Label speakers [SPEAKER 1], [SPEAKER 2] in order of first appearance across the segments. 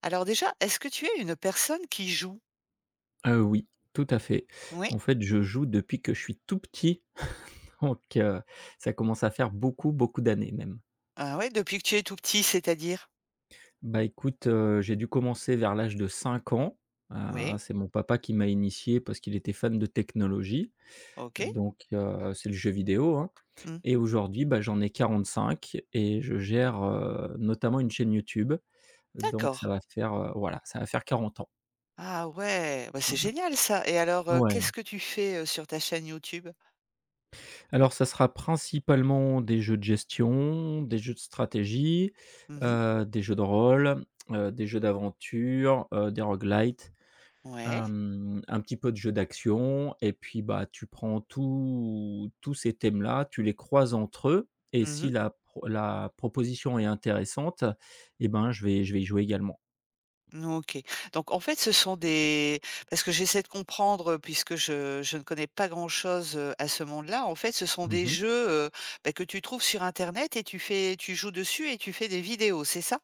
[SPEAKER 1] Alors déjà, est-ce que tu es une personne qui joue?
[SPEAKER 2] Oui, tout à fait.
[SPEAKER 1] Oui.
[SPEAKER 2] En fait, je joue depuis que je suis tout petit, donc ça commence à faire beaucoup, beaucoup d'années même.
[SPEAKER 1] Ah ouais, depuis que tu es tout petit, c'est-à-dire?
[SPEAKER 2] Bah, écoute, j'ai dû commencer vers l'âge de 5 ans.
[SPEAKER 1] Oui.
[SPEAKER 2] C'est mon papa qui m'a initié parce qu'il était fan de technologie.
[SPEAKER 1] OK.
[SPEAKER 2] Donc c'est le jeu vidéo, hein.
[SPEAKER 1] Mmh.
[SPEAKER 2] Et aujourd'hui, bah, j'en ai 45 et je gère, notamment une chaîne YouTube. Donc
[SPEAKER 1] D'accord.
[SPEAKER 2] ça va faire, voilà, ça va faire 40 ans.
[SPEAKER 1] Ah ouais, bah, c'est
[SPEAKER 2] Voilà.
[SPEAKER 1] génial ça. Et alors, qu'est-ce
[SPEAKER 2] Ouais.
[SPEAKER 1] que tu fais, sur ta chaîne YouTube?
[SPEAKER 2] Alors, ça sera principalement des jeux de gestion, des jeux de stratégie,
[SPEAKER 1] Mmh.
[SPEAKER 2] des jeux de rôle, des jeux d'aventure, des roguelites,
[SPEAKER 1] Ouais.
[SPEAKER 2] un petit peu de jeux d'action. Et puis, bah, tu prends tous ces thèmes-là, tu les croises entre eux, et
[SPEAKER 1] Mmh.
[SPEAKER 2] si la proposition est intéressante, et ben, je vais y jouer également.
[SPEAKER 1] OK. Donc en fait, ce sont des parce que j'essaie de comprendre, puisque je ne connais pas grand-chose, à ce monde-là. En fait, ce sont des
[SPEAKER 2] Mmh.
[SPEAKER 1] jeux, bah, que tu trouves sur internet et tu joues dessus et tu fais des vidéos, c'est ça?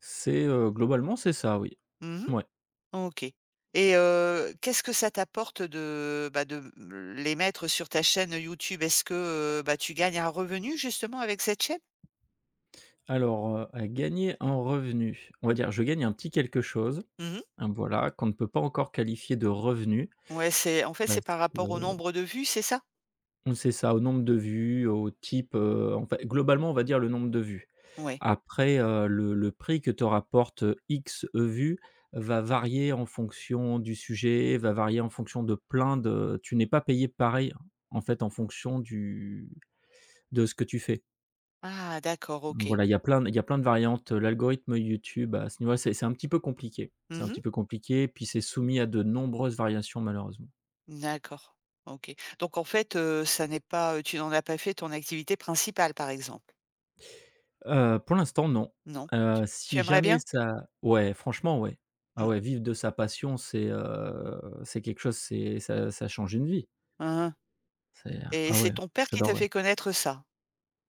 [SPEAKER 2] C'est, globalement, c'est ça, oui.
[SPEAKER 1] Mmh.
[SPEAKER 2] Ouais.
[SPEAKER 1] OK. Et qu'est-ce que ça t'apporte de, bah, de, mmh, les mettre sur ta chaîne YouTube? Est-ce que, bah, tu gagnes un revenu justement avec cette chaîne?
[SPEAKER 2] Alors, à gagner en revenu, on va dire, je gagne un petit quelque chose,
[SPEAKER 1] Mmh.
[SPEAKER 2] hein, voilà, qu'on ne peut pas encore qualifier de revenu,
[SPEAKER 1] Ouais, c'est en fait, c'est
[SPEAKER 2] parce
[SPEAKER 1] par rapport au nombre de vues, c'est ça?
[SPEAKER 2] qu'on sait ça au nombre de vues, au type, en fait globalement, on va dire, le nombre de vues.
[SPEAKER 1] Ouais.
[SPEAKER 2] Après, le prix que te rapporte, X vues va varier en fonction du sujet, va varier en fonction de plein de, tu n'es pas payé pareil, en fait, en fonction du de ce que tu fais.
[SPEAKER 1] Ah d'accord, OK.
[SPEAKER 2] Voilà, il y a plein de variantes. L'algorithme YouTube à ce niveau là, c'est un petit peu compliqué. C'est un
[SPEAKER 1] Mmh.
[SPEAKER 2] petit peu compliqué, puis c'est soumis à de nombreuses variations, malheureusement.
[SPEAKER 1] D'accord. OK. Donc en fait, ça n'est pas, tu n'en as pas fait ton activité principale, par exemple?
[SPEAKER 2] Pour l'instant, non.
[SPEAKER 1] Non? Tu
[SPEAKER 2] Si
[SPEAKER 1] aimerais
[SPEAKER 2] jamais
[SPEAKER 1] bien?
[SPEAKER 2] ça Ouais, franchement, ouais. Ah
[SPEAKER 1] Mmh.
[SPEAKER 2] ouais, vivre de sa passion, c'est, quelque chose, c'est ça, change une vie.
[SPEAKER 1] Hein, hein.
[SPEAKER 2] C'est
[SPEAKER 1] Et
[SPEAKER 2] Ah
[SPEAKER 1] c'est
[SPEAKER 2] ouais,
[SPEAKER 1] ton père qui t'a
[SPEAKER 2] j'adorerais.
[SPEAKER 1] fait connaître ça?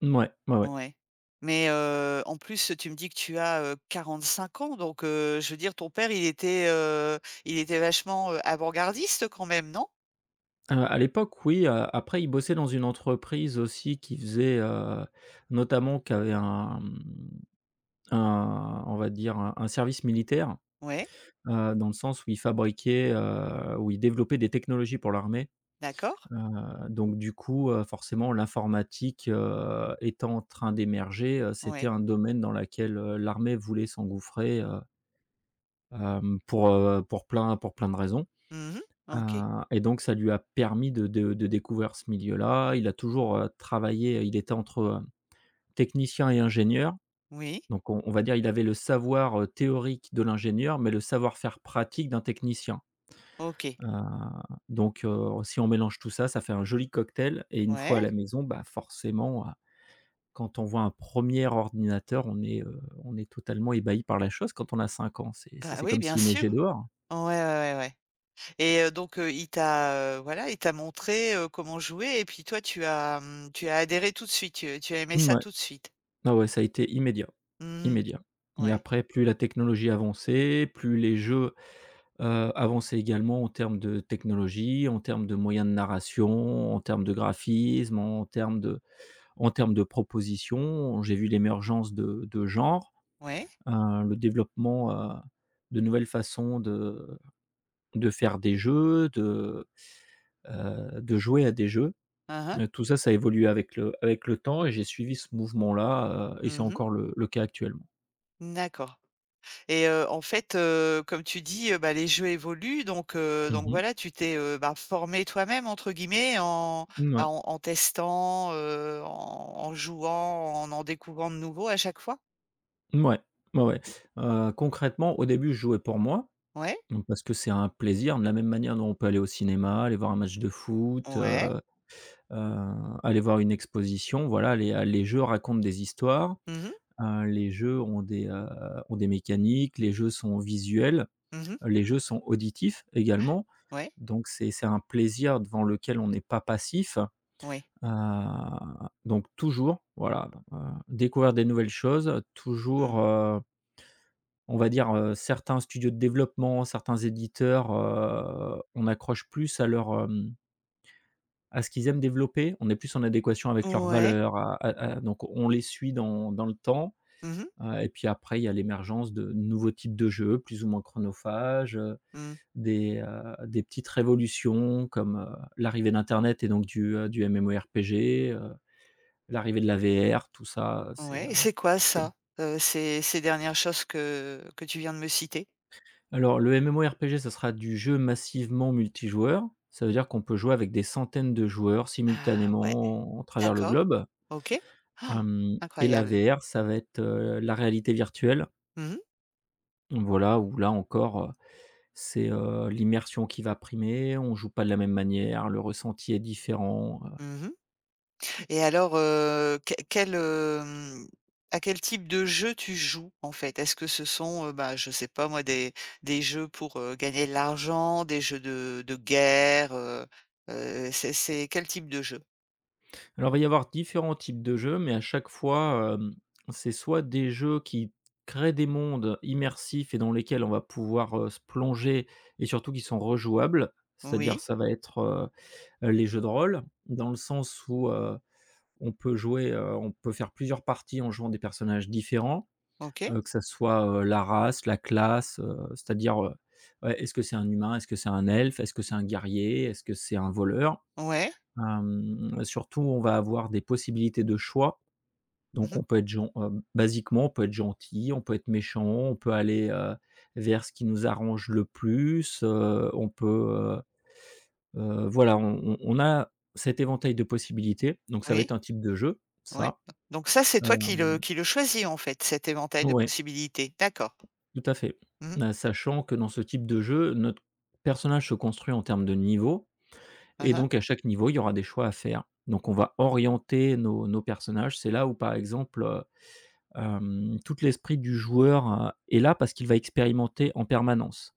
[SPEAKER 2] Ouais, ouais, ouais.
[SPEAKER 1] Ouais. Mais, en plus, tu me dis que tu as, 45 ans, donc, je veux dire ton père il était vachement, avant-gardiste quand même, non?
[SPEAKER 2] À l'époque, oui. Après, il bossait dans une entreprise aussi qui faisait, notamment qui avait un, un, on va dire, un service militaire.
[SPEAKER 1] Ouais,
[SPEAKER 2] Dans le sens où ils fabriquaient, où ils développaient des technologies pour l'armée.
[SPEAKER 1] d'accord.
[SPEAKER 2] Heu, donc du coup, forcément, l'informatique, étant en train d'émerger, c'était
[SPEAKER 1] Ouais.
[SPEAKER 2] un domaine dans lequel l'armée voulait s'engouffrer, pour, pour plein de raisons.
[SPEAKER 1] Mmh.
[SPEAKER 2] Heu,
[SPEAKER 1] OK.
[SPEAKER 2] et donc ça lui a permis de découvrir ce milieu-là. Il a toujours, travaillé, il était entre, technicien et ingénieur.
[SPEAKER 1] Oui.
[SPEAKER 2] Donc on va dire, il avait le savoir, théorique de l'ingénieur, mais le savoir-faire pratique d'un technicien.
[SPEAKER 1] OK.
[SPEAKER 2] Heu, donc si on mélange tout ça, ça fait un joli cocktail. Et une fois à
[SPEAKER 1] Ouais.
[SPEAKER 2] la maison, bah, forcément, quand on voit un premier ordinateur, on est totalement ébahi par la chose quand on a 5 ans. C'est c'est
[SPEAKER 1] Bah,
[SPEAKER 2] c'est
[SPEAKER 1] oui,
[SPEAKER 2] comme
[SPEAKER 1] bien
[SPEAKER 2] s'il
[SPEAKER 1] sûr.
[SPEAKER 2] neigeait dehors.
[SPEAKER 1] Ouais, ouais, ouais, ouais. Et donc, il t'a, voilà, il t'a montré, comment jouer et puis toi tu as, mmh, tu as adhéré tout de suite, tu as aimé ça
[SPEAKER 2] Ouais.
[SPEAKER 1] tout de suite?
[SPEAKER 2] Ah ouais, ça a été immédiat,
[SPEAKER 1] Mmh.
[SPEAKER 2] immédiat. Mais
[SPEAKER 1] Ouais.
[SPEAKER 2] après, plus la technologie avançait, plus les jeux, avançaient également en termes de technologie, en termes de moyens de narration, en termes de graphisme, en termes de propositions. J'ai vu l'émergence de genres.
[SPEAKER 1] Ouais.
[SPEAKER 2] Le développement, de nouvelles façons de faire des jeux, de jouer à des jeux.
[SPEAKER 1] Hein hein.
[SPEAKER 2] Tout ça, ça a évolué avec le temps, et j'ai suivi ce mouvement-là, et c'est
[SPEAKER 1] Mmh.
[SPEAKER 2] encore le cas actuellement.
[SPEAKER 1] D'accord. Et en fait, comme tu dis, bah, les jeux évoluent
[SPEAKER 2] Mmh
[SPEAKER 1] donc
[SPEAKER 2] mh.
[SPEAKER 1] voilà, tu t'es, bah, «formé toi-même» entre guillemets en bah,
[SPEAKER 2] Mouais.
[SPEAKER 1] en en testant, en en jouant, en en découvrant de nouveaux à chaque fois?
[SPEAKER 2] Ouais, ouais. Concrètement, au début, je jouais pour moi,
[SPEAKER 1] Ouais,
[SPEAKER 2] donc parce que c'est un plaisir, de la même manière dont on peut aller au cinéma, aller voir un match de foot,
[SPEAKER 1] ouais.
[SPEAKER 2] heu, aller voir une exposition. Voilà, les jeux racontent des histoires.
[SPEAKER 1] Mmh mh.
[SPEAKER 2] Les jeux ont ont des mécaniques, les jeux sont visuels,
[SPEAKER 1] Mmh.
[SPEAKER 2] les jeux sont auditifs également,
[SPEAKER 1] Ouais,
[SPEAKER 2] donc c'est un plaisir devant lequel on n'est pas passif.
[SPEAKER 1] ouais.
[SPEAKER 2] Heu, donc toujours, voilà, découvrir des nouvelles choses,
[SPEAKER 1] Mmh.
[SPEAKER 2] toujours, on va dire, certains studios de développement, certains éditeurs, on accroche plus à leur, à ce qu'ils aiment développer, on est plus en adéquation avec leurs
[SPEAKER 1] Ouais.
[SPEAKER 2] valeurs, à donc on les suit dans le temps.
[SPEAKER 1] Mmh mh.
[SPEAKER 2] Et puis après, il y a l'émergence de nouveaux types de jeux plus ou moins chronophages,
[SPEAKER 1] Mmh.
[SPEAKER 2] des petites révolutions comme, l'arrivée d'internet et donc du MMORPG, l'arrivée de la VR, tout ça,
[SPEAKER 1] Ouais et c'est quoi ça, ces ces dernières choses que tu viens de me citer?
[SPEAKER 2] alors le MMORPG, ça sera du jeu massivement multijoueur. Ça veut dire qu'on peut jouer avec des centaines de joueurs
[SPEAKER 1] Ah ouais,
[SPEAKER 2] simultanément en à travers le
[SPEAKER 1] d'accord,
[SPEAKER 2] globe.
[SPEAKER 1] OK. Ah,
[SPEAKER 2] Hem Et la
[SPEAKER 1] incroyable.
[SPEAKER 2] VR, ça va être, la réalité virtuelle.
[SPEAKER 1] Mmh mh.
[SPEAKER 2] Voilà, où là encore, c'est, l'immersion qui va primer, on joue pas de la même manière, le ressenti est différent.
[SPEAKER 1] Mmh. Et alors, quel, à quel type de jeu tu joues, en fait? Est-ce que ce sont, bah, je sais pas moi, des jeux pour, gagner de l'argent, des jeux de guerre, c'est quel type de jeu?
[SPEAKER 2] Alors, il va y avoir différents types de jeux, mais à chaque fois, c'est soit des jeux qui créent des mondes immersifs et dans lesquels on va pouvoir, se plonger, et surtout qui sont rejouables. C'est-à-dire
[SPEAKER 1] Oui,
[SPEAKER 2] ça va être, les jeux de rôle, dans le sens où, on peut faire plusieurs parties en jouant des personnages différents.
[SPEAKER 1] OK,
[SPEAKER 2] Que ça soit, la race, la classe, c'est-à-dire, ouais, est-ce que c'est un humain? Est-ce que c'est un elfe? Est-ce que c'est un guerrier? Est-ce que c'est un voleur?
[SPEAKER 1] ouais,
[SPEAKER 2] Surtout, on va avoir des possibilités de choix, donc
[SPEAKER 1] mmh
[SPEAKER 2] on peut être gen basiquement, on peut être gentil, on peut être méchant, on peut aller, vers ce qui nous arrange le plus, heu voilà, on a cet éventail de possibilités, donc ça va être
[SPEAKER 1] oui,
[SPEAKER 2] un type de jeu,
[SPEAKER 1] ouais.
[SPEAKER 2] ça,
[SPEAKER 1] Donc ça, c'est
[SPEAKER 2] heu,
[SPEAKER 1] toi qui le choisis, en fait, cet éventail de
[SPEAKER 2] ouais.
[SPEAKER 1] possibilités? D'accord.
[SPEAKER 2] Tout à fait.
[SPEAKER 1] Mmh mh.
[SPEAKER 2] Sachant que dans ce type de jeu, notre personnage se construit en termes de niveau, et
[SPEAKER 1] Mmh.
[SPEAKER 2] donc à chaque niveau, il y aura des choix à faire. Donc on va orienter nos personnages. C'est là où, par exemple, tout l'esprit du joueur, est là parce qu'il va expérimenter en permanence.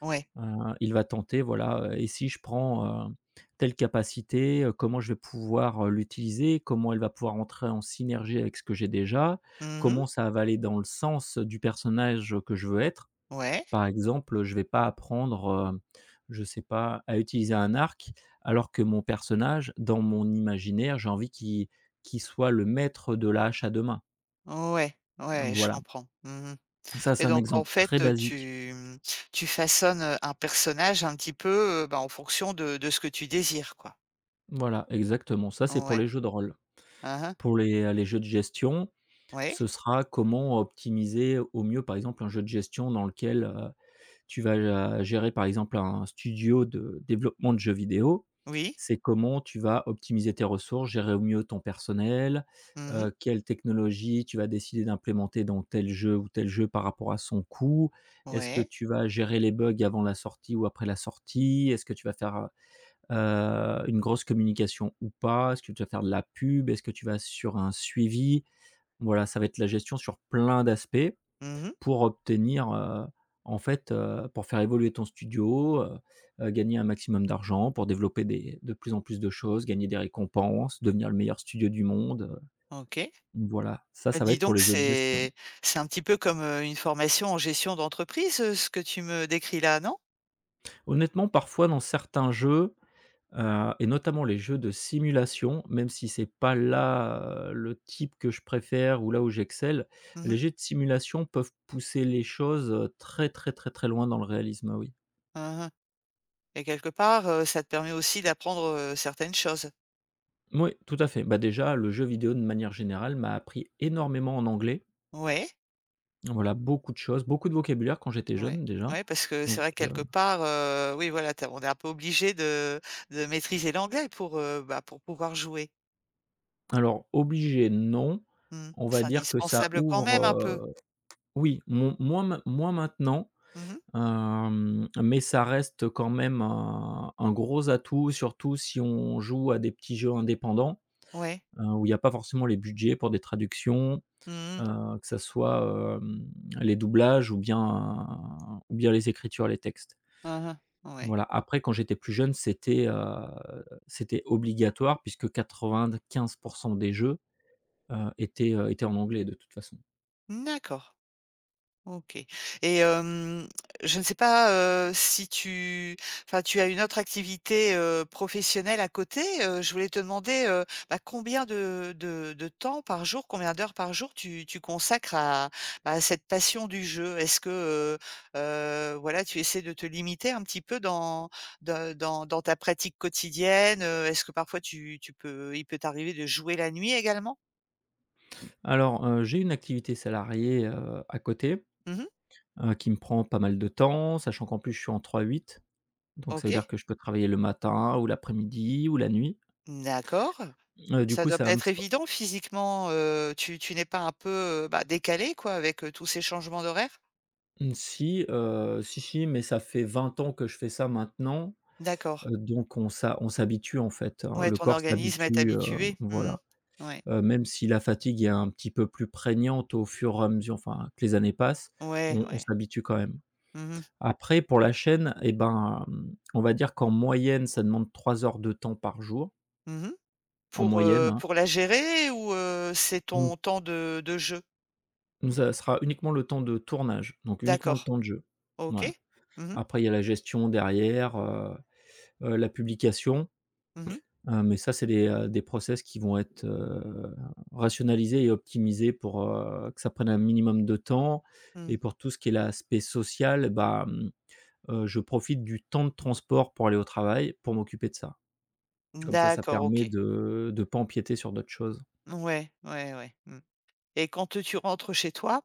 [SPEAKER 1] Ouais.
[SPEAKER 2] Heu, il va tenter, voilà, «Et si je prends, telle capacité, comment je vais pouvoir, l'utiliser? Comment elle va pouvoir entrer en synergie avec ce que j'ai déjà?
[SPEAKER 1] Mmh.
[SPEAKER 2] Comment ça va aller dans le sens du personnage, que je veux être?»
[SPEAKER 1] Ouais.
[SPEAKER 2] Par exemple, je vais pas apprendre, heu, je sais pas, à utiliser un arc, alors que mon personnage, dans mon imaginaire, j'ai envie qu'il soit le maître de la hache à 2 mains.
[SPEAKER 1] Ouais. Ouais, je
[SPEAKER 2] Voilà,
[SPEAKER 1] comprends. Mmh.
[SPEAKER 2] ça,
[SPEAKER 1] Et
[SPEAKER 2] c'est un
[SPEAKER 1] donc en
[SPEAKER 2] exemple très
[SPEAKER 1] fait,
[SPEAKER 2] basique.
[SPEAKER 1] tu, mmh, tu façonnes, un personnage un petit peu, bah, en fonction de ce que tu désires quoi.
[SPEAKER 2] Voilà, exactement, ça, c'est pour
[SPEAKER 1] Ouais.
[SPEAKER 2] les jeux de rôle.
[SPEAKER 1] Hein hein.
[SPEAKER 2] Pour les jeux de gestion,
[SPEAKER 1] Ouais.
[SPEAKER 2] ce sera comment optimiser au mieux, par exemple, un jeu de gestion dans lequel tu vas gérer par exemple un studio de développement de jeux vidéo.
[SPEAKER 1] Oui.
[SPEAKER 2] C'est comment tu vas optimiser tes ressources, gérer au mieux ton personnel,
[SPEAKER 1] Mmh mh.
[SPEAKER 2] quelle technologie tu vas décider d'implémenter dans tel jeu ou tel jeu par rapport à son coût. Est-ce que
[SPEAKER 1] Ouais.
[SPEAKER 2] tu vas gérer les bugs avant la sortie ou après la sortie? Est-ce que tu vas faire, une grosse communication ou pas? Est-ce que tu vas faire de la pub? Est-ce que tu vas sur un suivi? Voilà, ça va être la gestion sur plein d'aspects
[SPEAKER 1] Mmh mh.
[SPEAKER 2] pour obtenir, en fait, pour faire évoluer ton studio, gagner un maximum d'argent, pour développer des de plus en plus de choses, gagner des récompenses, devenir le meilleur studio du monde,
[SPEAKER 1] OK.
[SPEAKER 2] voilà. Ça,
[SPEAKER 1] Bah,
[SPEAKER 2] ça va
[SPEAKER 1] dis
[SPEAKER 2] être pour
[SPEAKER 1] donc
[SPEAKER 2] les jeux de gestion.
[SPEAKER 1] c'est un petit peu comme, une formation en gestion d'entreprise, ce que tu me décris là, non?
[SPEAKER 2] Honnêtement, parfois dans certains jeux, et notamment les jeux de simulation, même si c'est pas là, le type que je préfère ou là où j'excelle,
[SPEAKER 1] Mmh
[SPEAKER 2] les
[SPEAKER 1] mh.
[SPEAKER 2] jeux de simulation peuvent pousser les choses, très, très, très, très loin dans le réalisme, oui.
[SPEAKER 1] Hein hein. Et quelque part, ça te permet aussi d'apprendre, certaines choses.
[SPEAKER 2] Oui, tout à fait. Bah, déjà, le jeu vidéo, de manière générale, m'a appris énormément en anglais.
[SPEAKER 1] Ouais.
[SPEAKER 2] Voilà, beaucoup de choses, beaucoup de vocabulaire quand j'étais
[SPEAKER 1] Ouais.
[SPEAKER 2] jeune, déjà.
[SPEAKER 1] Ouais, parce que c'est
[SPEAKER 2] Donc,
[SPEAKER 1] vrai que quelque part, oui, voilà, tu on est un peu obligé de maîtriser l'anglais pour, bah, pour pouvoir jouer.
[SPEAKER 2] alors, obligé, non.
[SPEAKER 1] Mmh.
[SPEAKER 2] On va
[SPEAKER 1] C'est
[SPEAKER 2] dire que ça
[SPEAKER 1] indispensable quand même
[SPEAKER 2] ouvre,
[SPEAKER 1] un peu.
[SPEAKER 2] oui, mon moins main moins maintenant,
[SPEAKER 1] Mmh.
[SPEAKER 2] mais ça reste quand même un gros atout, surtout si on joue à des petits jeux indépendants,
[SPEAKER 1] Ouais.
[SPEAKER 2] où il n'y a pas forcément les budgets pour des traductions,
[SPEAKER 1] Mmh mh.
[SPEAKER 2] que ça soit, les doublages ou bien les écritures, les textes.
[SPEAKER 1] Mmh. Ouais.
[SPEAKER 2] Voilà, après, quand j'étais plus jeune, c'était obligatoire puisque 95 des jeux, étaient en anglais de toute façon.
[SPEAKER 1] D'accord. OK et je ne sais pas, si tu enfin, tu as une autre activité, professionnelle à côté, je voulais te demander, bah, combien de temps par jour, combien d'heures par jour tu consacres à, bah, à cette passion du jeu? Est-ce que, voilà, tu essaies de te limiter un petit peu dans de dans dans ta pratique quotidienne? Est-ce que parfois tu tu peux il peut t'arriver de jouer la nuit également?
[SPEAKER 2] Alors, j'ai une activité salariée, à côté,
[SPEAKER 1] Mmh.
[SPEAKER 2] qui me prend pas mal de temps, sachant qu'en plus je suis en 3-8, donc ça veut dire
[SPEAKER 1] OK,
[SPEAKER 2] que je peux travailler le matin ou l'après-midi ou la nuit.
[SPEAKER 1] d'accord.
[SPEAKER 2] Du
[SPEAKER 1] Ça
[SPEAKER 2] coup
[SPEAKER 1] doit
[SPEAKER 2] ça
[SPEAKER 1] pas
[SPEAKER 2] va me
[SPEAKER 1] être
[SPEAKER 2] f...
[SPEAKER 1] évident physiquement, tu tu n'es pas un peu, bah, décalé quoi avec, tous ces changements d'horaires?
[SPEAKER 2] mmh, si, si, si, mais ça fait 20 ans que je fais ça maintenant,
[SPEAKER 1] D'accord.
[SPEAKER 2] donc on s'habitue en fait, hein.
[SPEAKER 1] Ouais,
[SPEAKER 2] Le
[SPEAKER 1] ton
[SPEAKER 2] corps
[SPEAKER 1] organisme est
[SPEAKER 2] s'habitue,
[SPEAKER 1] habitué. Mmh.
[SPEAKER 2] voilà.
[SPEAKER 1] Ouais.
[SPEAKER 2] Même si la fatigue est un petit peu plus prégnante au fur et à mesure enfin, que les années passent,
[SPEAKER 1] Ouais,
[SPEAKER 2] on
[SPEAKER 1] ouais.
[SPEAKER 2] s'habitue quand même.
[SPEAKER 1] Mmh mh.
[SPEAKER 2] Après pour la chaîne et ben, on va dire qu'en moyenne ça demande 3 heures de temps par jour,
[SPEAKER 1] Mmh.
[SPEAKER 2] en moyenne, hein.
[SPEAKER 1] Pour la gérer ou, c'est
[SPEAKER 2] Nous
[SPEAKER 1] ton temps de jeu?
[SPEAKER 2] nous ça sera uniquement le temps de tournage, donc uniquement le
[SPEAKER 1] D'accord.
[SPEAKER 2] temps de jeu. Voilà.
[SPEAKER 1] OK. Mmh mh.
[SPEAKER 2] Après il y a la gestion derrière, la publication.
[SPEAKER 1] Mmh.
[SPEAKER 2] Mais ça, c'est des process qui vont être, rationalisés et optimisés pour, que ça prenne un minimum de temps, et
[SPEAKER 1] Mmh.
[SPEAKER 2] pour tout ce qui est l'aspect social, bah, je profite du temps de transport pour aller au travail pour m'occuper de ça. Comme ça
[SPEAKER 1] D'accord,
[SPEAKER 2] permet
[SPEAKER 1] OK.
[SPEAKER 2] de pas empiéter sur d'autres choses.
[SPEAKER 1] Ouais, ouais, ouais. Mmh et quand, tu rentres chez toi.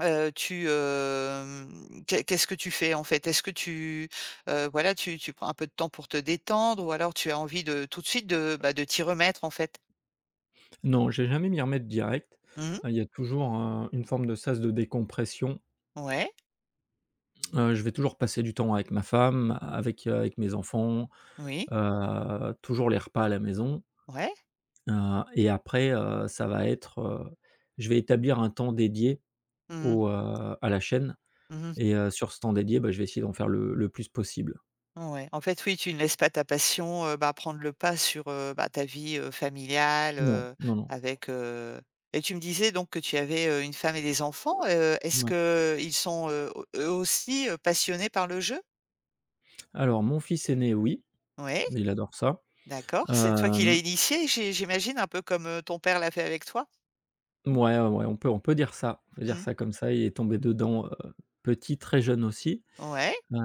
[SPEAKER 1] Tu, hem, qu'est qu'est-ce que tu fais en fait? Est-ce que tu, voilà, tu tu prends un peu de temps pour te détendre ou alors tu as envie de tout de suite de, bah, de t'y remettre en fait?
[SPEAKER 2] Non, j'ai jamais m'y remettre direct.
[SPEAKER 1] Mmh.
[SPEAKER 2] Il y a toujours un une forme de sas de décompression.
[SPEAKER 1] Ouais,
[SPEAKER 2] Je vais toujours passer du temps avec ma femme, avec, avec mes enfants,
[SPEAKER 1] oui,
[SPEAKER 2] toujours les repas à la maison.
[SPEAKER 1] ouais.
[SPEAKER 2] Et après, ça va être, je vais établir un temps dédié
[SPEAKER 1] Mmh mh.
[SPEAKER 2] au, à la chaîne,
[SPEAKER 1] Mmh.
[SPEAKER 2] et sur ce temps dédié, bah, je vais essayer d'en faire le plus possible.
[SPEAKER 1] Ouais. En fait, oui, tu ne laisses pas ta passion, bah, prendre le pas sur, bah, ta vie, familiale,
[SPEAKER 2] Non, non, non,
[SPEAKER 1] avec, et tu me disais donc que tu avais, une femme et des enfants, est-ce
[SPEAKER 2] ouais.
[SPEAKER 1] que ils sont, au eux aussi, passionnés par le jeu?
[SPEAKER 2] Alors mon fils aîné, oui,
[SPEAKER 1] Ouais.
[SPEAKER 2] il adore ça.
[SPEAKER 1] D'accord, c'est toi qui l'as
[SPEAKER 2] Hem,
[SPEAKER 1] initié, j'ai j'imagine un peu comme, ton père l'a fait avec toi?
[SPEAKER 2] mouais, ouais, on peut dire ça, on peut dire
[SPEAKER 1] Mmh.
[SPEAKER 2] ça comme ça. Il est tombé dedans, petit, très jeune aussi.
[SPEAKER 1] Ouais,
[SPEAKER 2] Heu,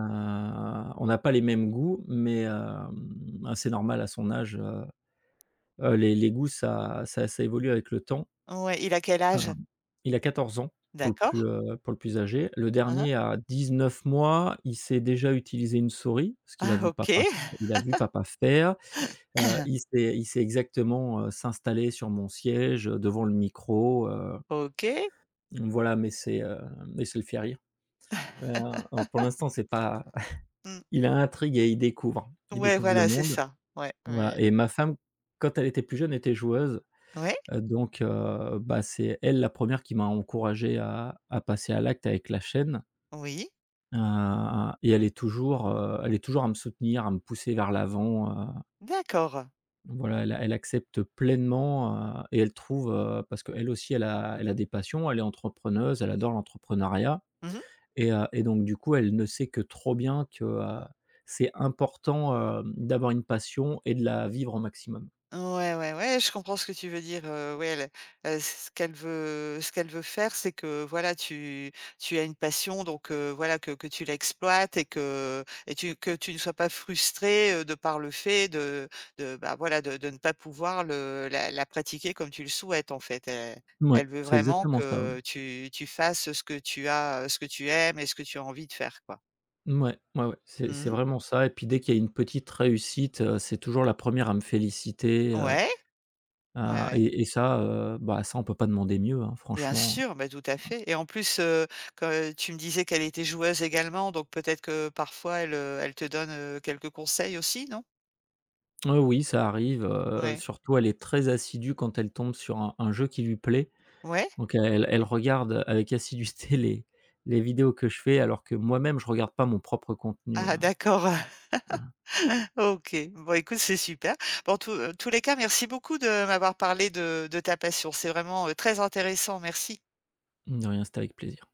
[SPEAKER 2] on n'a pas les mêmes goûts, mais ah, c'est normal à son âge, les goûts ça évolue avec le temps.
[SPEAKER 1] ouais, il a quel âge?
[SPEAKER 2] Hem, il a 14 ans
[SPEAKER 1] D'accord.
[SPEAKER 2] pour le plus âgé. Le
[SPEAKER 1] Hein, hein.
[SPEAKER 2] dernier a 19 mois, il sait déjà utiliser une souris, ce qu'il a
[SPEAKER 1] Ah
[SPEAKER 2] vu
[SPEAKER 1] OK.
[SPEAKER 2] papa f il a vu papa faire. Il sait exactement, s'installer sur mon siège, devant le micro,
[SPEAKER 1] OK.
[SPEAKER 2] voilà, mais mais c'est le fait rire. Heu, donc pour l'instant, c'est pas...
[SPEAKER 1] Mmh.
[SPEAKER 2] il a intrigue et il découvre. Il
[SPEAKER 1] Ouais,
[SPEAKER 2] découvre le
[SPEAKER 1] voilà, c'est
[SPEAKER 2] monde,
[SPEAKER 1] ça. Ouais,
[SPEAKER 2] voilà.
[SPEAKER 1] ouais.
[SPEAKER 2] Et ma femme, quand elle était plus jeune, était joueuse.
[SPEAKER 1] Ouais?
[SPEAKER 2] Donc bah, c'est elle la première qui m'a encouragé à passer à l'acte avec la chaîne,
[SPEAKER 1] Oui?
[SPEAKER 2] heu et elle est toujours à me soutenir, à me pousser vers l'avant,
[SPEAKER 1] D'accord.
[SPEAKER 2] voilà, elle accepte pleinement, et elle trouve, parce qu'elle aussi elle a des passions, elle est entrepreneuse, elle adore l'entrepreneuriat,
[SPEAKER 1] Mmh.
[SPEAKER 2] et donc du coup, elle ne sait que trop bien que, c'est important, d'avoir une passion et de la vivre au maximum.
[SPEAKER 1] Ouais, ouais, ouais, je comprends ce que tu veux dire, ouais, le ce qu'elle veut faire, c'est que, voilà, tu tu as une passion donc voilà, que tu l'exploites et que et tu que tu ne sois pas frustré de par le fait de, bah, voilà, de ne pas pouvoir le la la pratiquer comme tu le souhaites, en fait. Elle
[SPEAKER 2] Oui,
[SPEAKER 1] elle veut
[SPEAKER 2] c'est
[SPEAKER 1] vraiment
[SPEAKER 2] exactement ça, ouais.
[SPEAKER 1] que tu tu fasses ce que tu as, ce que tu aimes et ce que tu as envie de faire, quoi.
[SPEAKER 2] Mouais, ouais, ouais, c'est
[SPEAKER 1] Mmh.
[SPEAKER 2] vraiment ça, et puis dès qu'il y a une petite réussite, c'est toujours la première à me féliciter,
[SPEAKER 1] Ouais, ouais,
[SPEAKER 2] à
[SPEAKER 1] ouais.
[SPEAKER 2] et ça, bah, ça on peut pas demander mieux, hein,
[SPEAKER 1] Bien
[SPEAKER 2] franchement.
[SPEAKER 1] sûr, bah, tout à fait et en plus, que tu me disais qu'elle était joueuse également, donc peut-être que parfois elle, elle te donne, quelques conseils aussi, non?
[SPEAKER 2] Oui, ça arrive,
[SPEAKER 1] Ouais.
[SPEAKER 2] surtout elle est très assidue quand elle tombe sur un jeu qui lui plaît.
[SPEAKER 1] Ouais?
[SPEAKER 2] Donc elle regarde avec assiduité les vidéos que je fais, alors que moi-même je regarde pas mon propre contenu,
[SPEAKER 1] Ah d'accord,
[SPEAKER 2] voilà.
[SPEAKER 1] OK. Bon écoute, c'est super. Bon en tous, tous les cas, merci beaucoup de m'avoir parlé de ta passion. C'est vraiment, très intéressant, merci.
[SPEAKER 2] De rien, c'était avec plaisir.